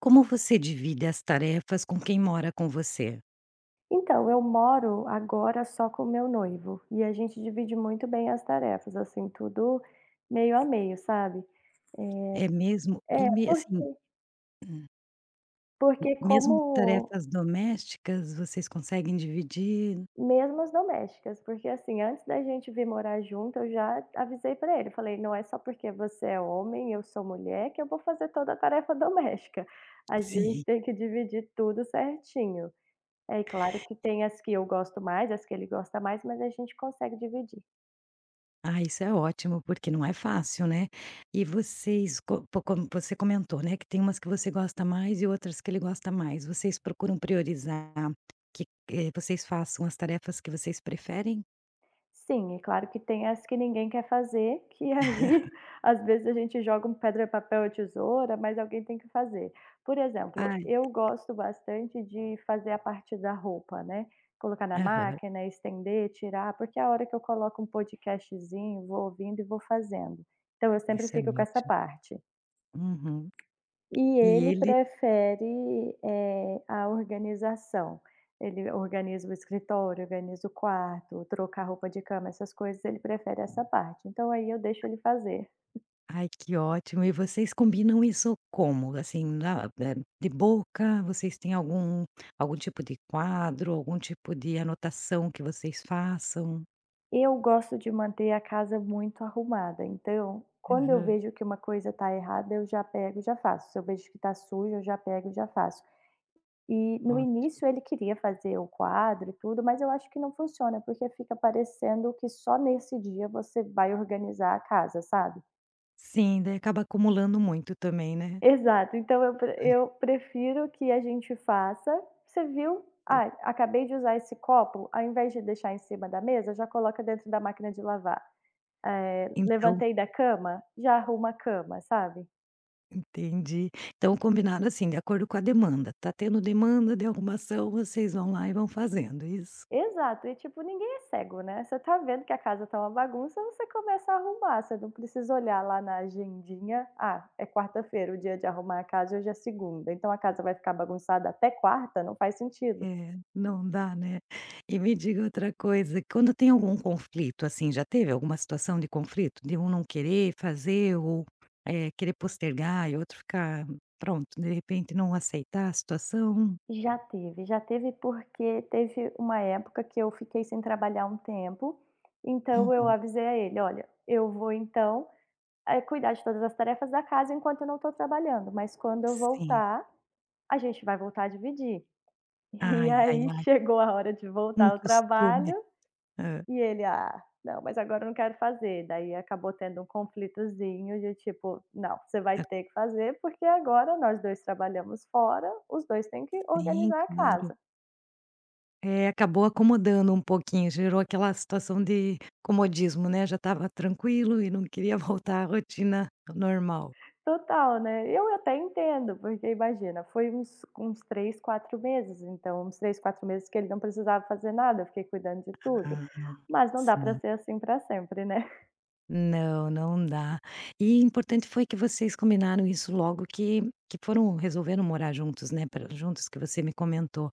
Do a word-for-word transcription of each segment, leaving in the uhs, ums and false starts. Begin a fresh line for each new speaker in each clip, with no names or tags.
Como você divide as tarefas com quem mora com você?
Então, eu moro agora só com o meu noivo, e a gente divide muito bem as tarefas, assim, tudo meio a meio, sabe.
É mesmo? E
É,
me
por
assim,
porque
mesmo
como
tarefas domésticas, vocês conseguem dividir?
mesmo as domésticas, porque, assim, antes da gente vir morar junto, eu já avisei pra ele, falei: "Não é só porque você é homem eu sou mulher que eu vou fazer toda a tarefa doméstica, a gente
Sim.
tem que dividir tudo certinho". É, e claro que tem as que eu gosto mais, as que ele gosta mais, mas a gente consegue dividir.
Ah, isso é ótimo, porque não é fácil, né. E vocês co po como você comentou, né, que tem umas que você gosta mais e outras que ele gosta mais. Vocês procuram priorizar que, eh, vocês façam as tarefas que vocês preferem?
Sim, é claro que tem as que ninguém quer fazer, que aí às vezes a gente joga um pedra, papel ou tesoura, mas alguém tem que fazer. Por exemplo,
Ai,
eu gosto bastante de fazer a parte da roupa, né, colocar na
aham,
máquina, estender, tirar, porque é a hora que eu coloco um podcastzinho, vou ouvindo e vou fazendo. Então eu sempre
isso é
fico com essa
ótimo.
parte.
Uhum.
E
E
ele
ele
prefere, eh, a organização. Ele organiza o escritório, organiza o quarto, trocar roupa de cama, essas coisas, ele prefere essa parte. Então aí eu deixo ele fazer.
Ai, que ótimo. E vocês combinam isso como? Assim, na eh, de boca, vocês têm algum algum tipo de quadro, algum tipo de anotação que vocês façam?
Eu gosto de manter a casa muito arrumada, então quando eu
Aham.
vejo que uma coisa está errada, eu já pego e já faço. Se eu vejo que está sujo, eu já pego e já faço. E no
Ótimo.
início ele queria fazer o quadro e tudo, mas eu acho que não funciona, porque fica parecendo que só nesse dia você vai organizar a casa, sabe?
Sim, daí acaba acumulando muito também, né.
Exato, então eu pre eu prefiro que a gente faça. Você viu:
É.
"Ah, acabei de usar esse copo", ao invés de deixar em cima da mesa, já coloca dentro da máquina de lavar. Eh,
Então,
levantei da cama, já arruma a cama, sabe.
entendi. Então combinado assim, de acordo com a demanda. Tá tendo demanda de alguma ação, vocês vão lá e vão fazendo, isso?
Exato, e tipo, ninguém é cego, né. Você tá vendo que a casa tá uma bagunça, você começa a arrumar, você não precisa olhar lá na agendinha: "Ah, é quarta-feira o dia de arrumar a casa e hoje é segunda, então a casa vai ficar bagunçada até quarta?". Não faz sentido.
É, não dá, né. E me diga outra coisa, quando tem algum conflito, assim, já teve alguma situação de conflito? De um não querer fazer ou, eh, querer postergar e outro ficar pronto, de repente não aceitar a situação?
Já teve, já teve porque teve uma época que eu fiquei sem trabalhar um tempo, então
Uhum.
eu avisei a ele: "Olha, eu vou então, eh, cuidar de todas as tarefas da casa enquanto eu não estou trabalhando, mas quando eu
Sim.
voltar, a gente vai voltar a dividir". E
Ai, ai,
aí
ai,
chegou a hora de voltar
um
ao
costume.
trabalho
Hã.
e ele: "Ah, não, mas agora eu não quero fazer". Daí acabou tendo um conflitozinho de tipo: "Não, você vai
Hã.
ter que fazer, porque agora nós dois trabalhamos fora, os dois têm que
Sim,
organizar a
claro.
casa".
É, acabou acomodando um pouquinho, gerou aquela situação de comodismo, né, já estava tranquilo e não queria voltar à rotina normal.
Total, né. Eu até entendo, porque imagina, foi uns uns três, quatro meses, então uns três, quatro meses que ele não precisava fazer nada, eu fiquei cuidando de tudo,
Ah,
mas não dá para
sim.
ser assim para sempre, né.
Não, não dá. E importante foi que vocês combinaram isso logo que que foram resolveram morar juntos, né, pra juntos que você me comentou.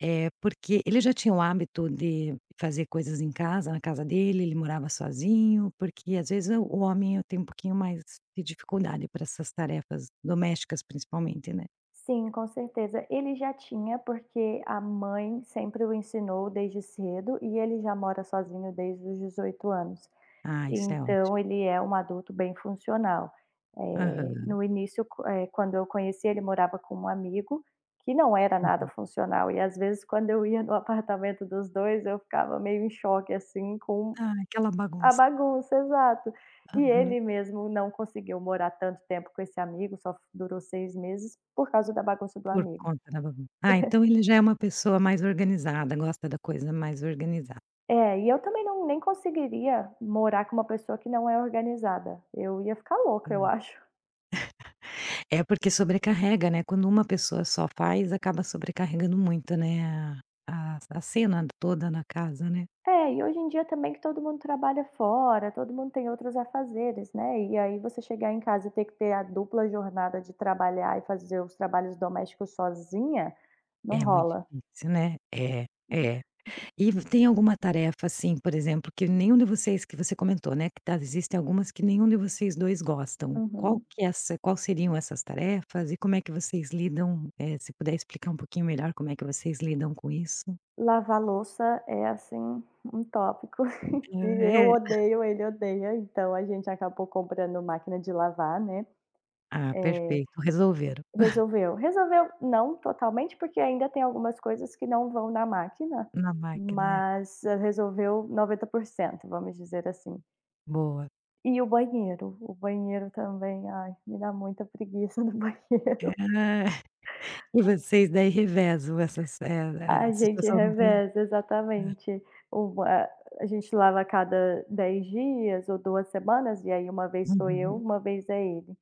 É porque ele já tinha o hábito de fazer coisas em casa, na casa dele, ele morava sozinho, porque às vezes o o homem tem um pouquinho mais de dificuldade para essas tarefas domésticas principalmente, né.
Sim, com certeza. Ele já tinha, porque a mãe sempre o ensinou desde cedo e ele já mora sozinho desde os dezoito anos.
Ah, isso é ótimo.
Então ele é um adulto bem funcional. Eh,
Aham.
no início, co eh, Quando eu conheci, ele morava com um amigo que não era nada
Uhum.
funcional e às vezes quando eu ia no apartamento dos dois, eu ficava meio em choque, assim, com
Ah, aquela
a
bagunça.
bagunça, exato. E
Aham.
ele mesmo não conseguiu morar tanto tempo com esse amigo, só durou seis meses por causa da bagunça do
Por
amigo.
conta da bagunça. Ah, então ele já é uma pessoa mais organizada, gosta da coisa mais organizada.
É, e eu também não nem conseguiria morar com uma pessoa que não é organizada, eu ia ficar louca, eu
Hum.
acho.
É porque sobrecarrega, né, quando uma pessoa só faz, acaba sobrecarregando muito, né, a a a cena toda na casa, né.
É, e hoje em dia também que todo mundo trabalha fora, todo mundo tem outros afazeres, né, e aí você chegar em casa e ter que ter a dupla jornada de trabalhar e fazer os trabalhos domésticos sozinha, não
É muito
rola.
difícil, né. É, é. E v Tem alguma tarefa, assim, por exemplo, que nenhum de vocês, que você comentou, né, que tá, existem algumas que nenhum de vocês dois gostam. Qual
Uhum.
que é essa, qual seriam essas tarefas e como é que vocês lidam, eh, se puder explicar um pouquinho melhor como é que vocês lidam com isso?
Lavar louça é, assim, um tópico
Ah,
e eu
é.
odeio, ele odeia, então a gente acabou comprando máquina de lavar, né,
Ah,
eh
perfeito, resolveram.
Resolveu. Resolveu não totalmente, porque ainda tem algumas coisas que não vão na máquina,
Na máquina, é.
mas eh, resolveu noventa por cento, vamos dizer assim.
Boa.
E o banheiro, o banheiro também, ai, me dá muita preguiça do
É.
banheiro.
E vocês daí revezam essas, eh,
A
a
gente
situação no banheiro?
reveza, exatamente. O a A gente lava a cada dez dias ou duas semanas, e aí uma vez sou eu,
Uhum.
uma vez é ele.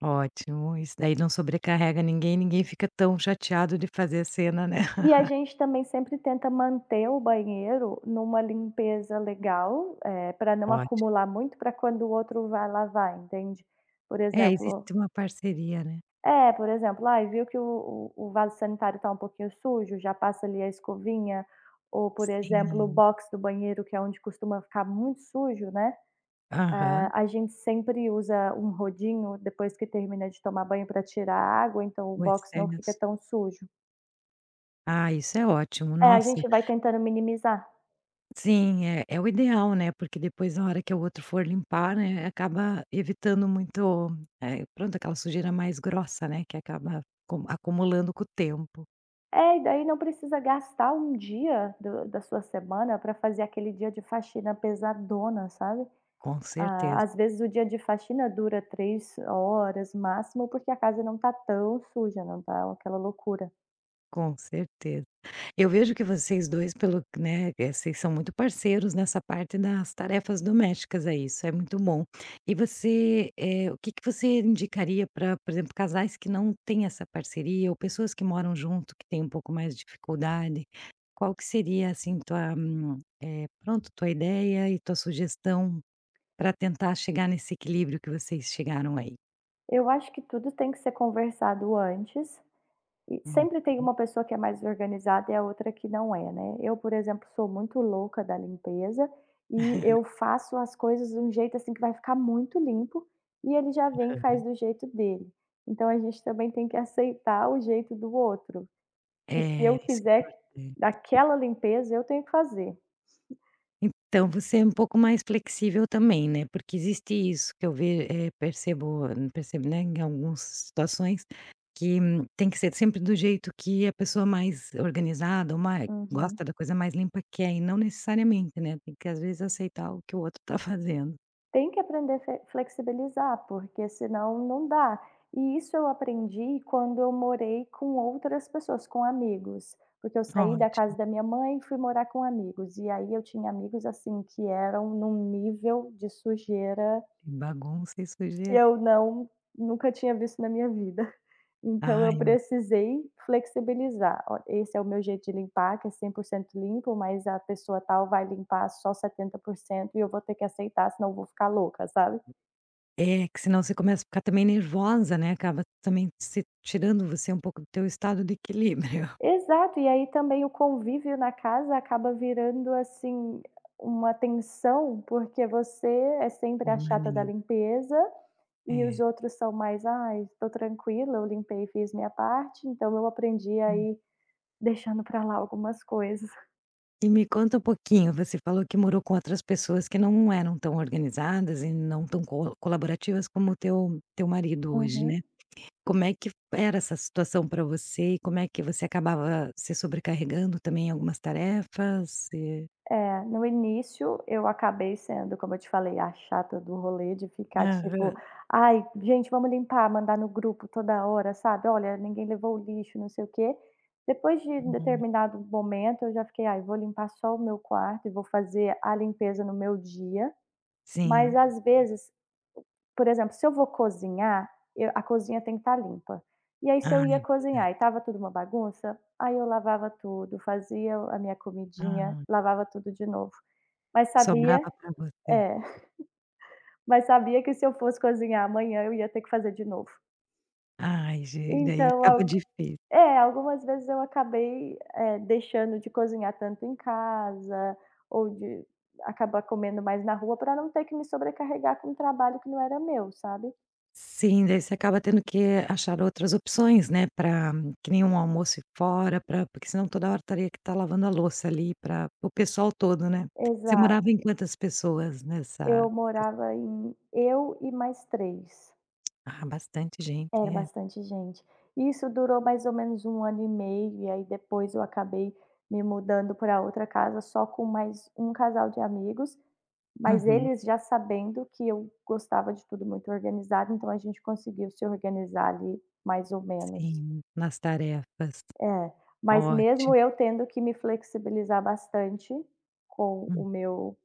Ótimo, isso daí não sobrecarrega ninguém, ninguém fica tão chateado de fazer cena, né.
E a gente também sempre tenta manter o banheiro numa limpeza legal, eh, pra não
Ótimo.
acumular muito para quando o outro vai lavar, entende? Por
É,
exemplo
existe uma parceria, né.
É, por exemplo, ai, viu que o o o vaso sanitário está um pouquinho sujo, já passa ali a escovinha, ou, por exemplo, o
Sim.
box do banheiro, que é onde costuma ficar muito sujo, né. É,
Aham.
a gente sempre usa um rodinho depois que termina de tomar banho para tirar a água, então o
O
box não fica
excesso.
tão sujo.
Ah, isso é ótimo,
É, a
nossa.
gente vai tentando minimizar.
Sim, é é o ideal, né, porque depois na hora que o outro for limpar, né, acaba evitando muito, eh, pronto, aquela sujeira mais grossa, né, que acaba acu acumulando com o tempo.
É, e daí não precisa gastar um dia do da sua semana para fazer aquele dia de faxina pesadona, sabe.
Com certeza,
Ah, às vezes o dia de faxina dura três horas máximo, porque a casa não tá tão suja, não tá aquela loucura.
com certeza. Eu vejo que vocês dois, pelo né, eh, vocês são muito parceiros nessa parte das tarefas domésticas, é, isso é muito bom. E você, eh, o que que você indicaria para, por exemplo, casais que não têm essa parceria ou pessoas que moram junto, que têm um pouco mais de dificuldade? Qual que seria, assim, tua, hum, eh, pronto, tua ideia e tua sugestão para tentar chegar nesse equilíbrio que vocês chegaram aí?
Eu acho que tudo tem que ser conversado antes. E
Hum,
sempre tem uma pessoa que é mais organizada e a outra que não é, né. Eu, por exemplo, sou muito louca da limpeza e eu faço as coisas de um jeito, assim, que vai ficar muito limpo, e ele já vem e faz do jeito dele. Então a gente também tem que aceitar o jeito do outro. E se
é,
eu
isso é
quiser
importante.
daquela limpeza, eu tenho que fazer.
Então, você é um pouco mais flexível também, né, porque existe isso que eu ve eh, percebo, percebo, né, em algumas situações, que hum, tem que ser sempre do jeito que a pessoa mais organizada ou mais
Uhum.
gosta da coisa mais limpa quer, e não necessariamente, né, tem que às vezes aceitar o que o outro tá fazendo.
Tem que aprender a fe flexibilizar, porque senão não dá. E isso eu aprendi quando eu morei com outras pessoas, com amigos, porque eu saí da
Ótimo,
casa da minha mãe e fui morar com amigos, e aí eu tinha amigos, assim, que eram num nível de sujeira
bagunça e
que
sujeira.
eu não nunca tinha visto na minha vida. Então eu
Ai,
precisei flexibilizar: "Olha, esse é o meu jeito de limpar, que é cem por cento limpo, mas a pessoa tal vai limpar só setenta por cento e eu vou ter que aceitar, senão eu vou ficar louca", sabe.
é que senão você começa a ficar também nervosa, né, acaba também se tirando você um pouco do teu estado de equilíbrio
Exato, e aí também o convívio na casa acaba virando, assim, uma tensão, porque você é sempre a chata da
permanente.
limpeza e os
É.
outros são mais: "Ai, estou tranquila, eu limpei e fiz minha parte", então eu aprendi aí deixando para lá algumas coisas.
E me conta um pouquinho, você falou que morou com outras pessoas que não eram tão organizadas e não tão co colaborativas como o teu teu marido hoje,
Uhum.
né. Como é que era essa situação para você e como é que você acabava se sobrecarregando também em algumas tarefas e
É, no início eu acabei sendo, como eu te falei, a chata do rolê de ficar
Aham.
tipo: "Ai, gente, vamos limpar", mandar no grupo toda hora, sabe, "Olha, ninguém levou o lixo", não sei o quê. Depois de um
Hum.
determinado momento eu já fiquei: "Ai, vou limpar só o meu quarto e vou fazer a limpeza no meu dia". Mas
Sim.
às vezes, por exemplo, se eu vou cozinhar, eu a cozinha tem que estar limpa. E aí se
Ah,
eu ia
é verdade.
cozinhar e tava tudo uma bagunça, aí eu lavava tudo, fazia a minha comidinha,
Ah,
lavava tudo de novo. Mas sabia
sobrava para você.
É, mas sabia que se eu fosse cozinhar amanhã, eu ia ter que fazer de novo.
Ai, gente, daí
Então
ficava
algu
difícil.
É, algumas vezes eu acabei, eh, deixando de cozinhar tanto em casa, ou de acabar comendo mais na rua pra não ter que me sobrecarregar com um trabalho que não era meu, sabe.
Sim, daí você acaba tendo que achar outras opções, né, para que nem um almoço ir fora, pra porque senão toda hora teria que estar lavando a louça ali para o pessoal todo, né. Você morava em
Exato.
quantas pessoas nessa,
Eu morava em eu e mais três.
ah, bastante gente,
Era
é.
bastante gente. Isso durou mais ou menos um ano e meio, e aí depois eu acabei me mudando para outra casa só com mais um casal de amigos, mas
Uhum.
eles já sabendo que eu gostava de tudo muito organizado, então a gente conseguiu se organizar ali mais ou menos.
Sim, nas tarefas.
É, mas mesmo
Ótimo.
eu tendo que me flexibilizar bastante com o meu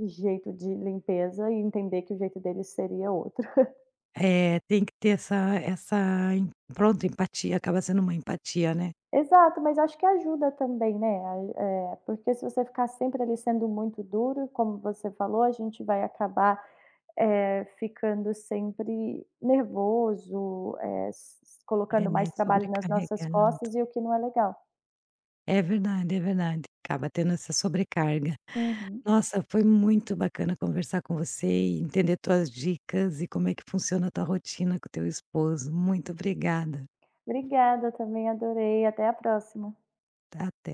jeito de limpeza e entender que o jeito deles seria outro.
É, tem que ter essa essa em pronto, empatia, acaba sendo uma empatia, né.
Exato, mas acho que ajuda também, né, a eh, porque se você ficar sempre ali sendo muito duro, como você falou, a gente vai acabar, eh, ficando sempre nervoso, eh, s s
É,
colocando
né,
mais trabalho nas nossas
sobrecarregando.
costas e o que não é legal.
É verdade, é verdade. Acaba tendo essa sobrecarga.
Uhum.
Nossa, foi muito bacana conversar com você e entender tuas dicas e como é que funciona a tua rotina com o teu esposo. Muito obrigada.
Obrigada, também adorei, até a próxima.
Até.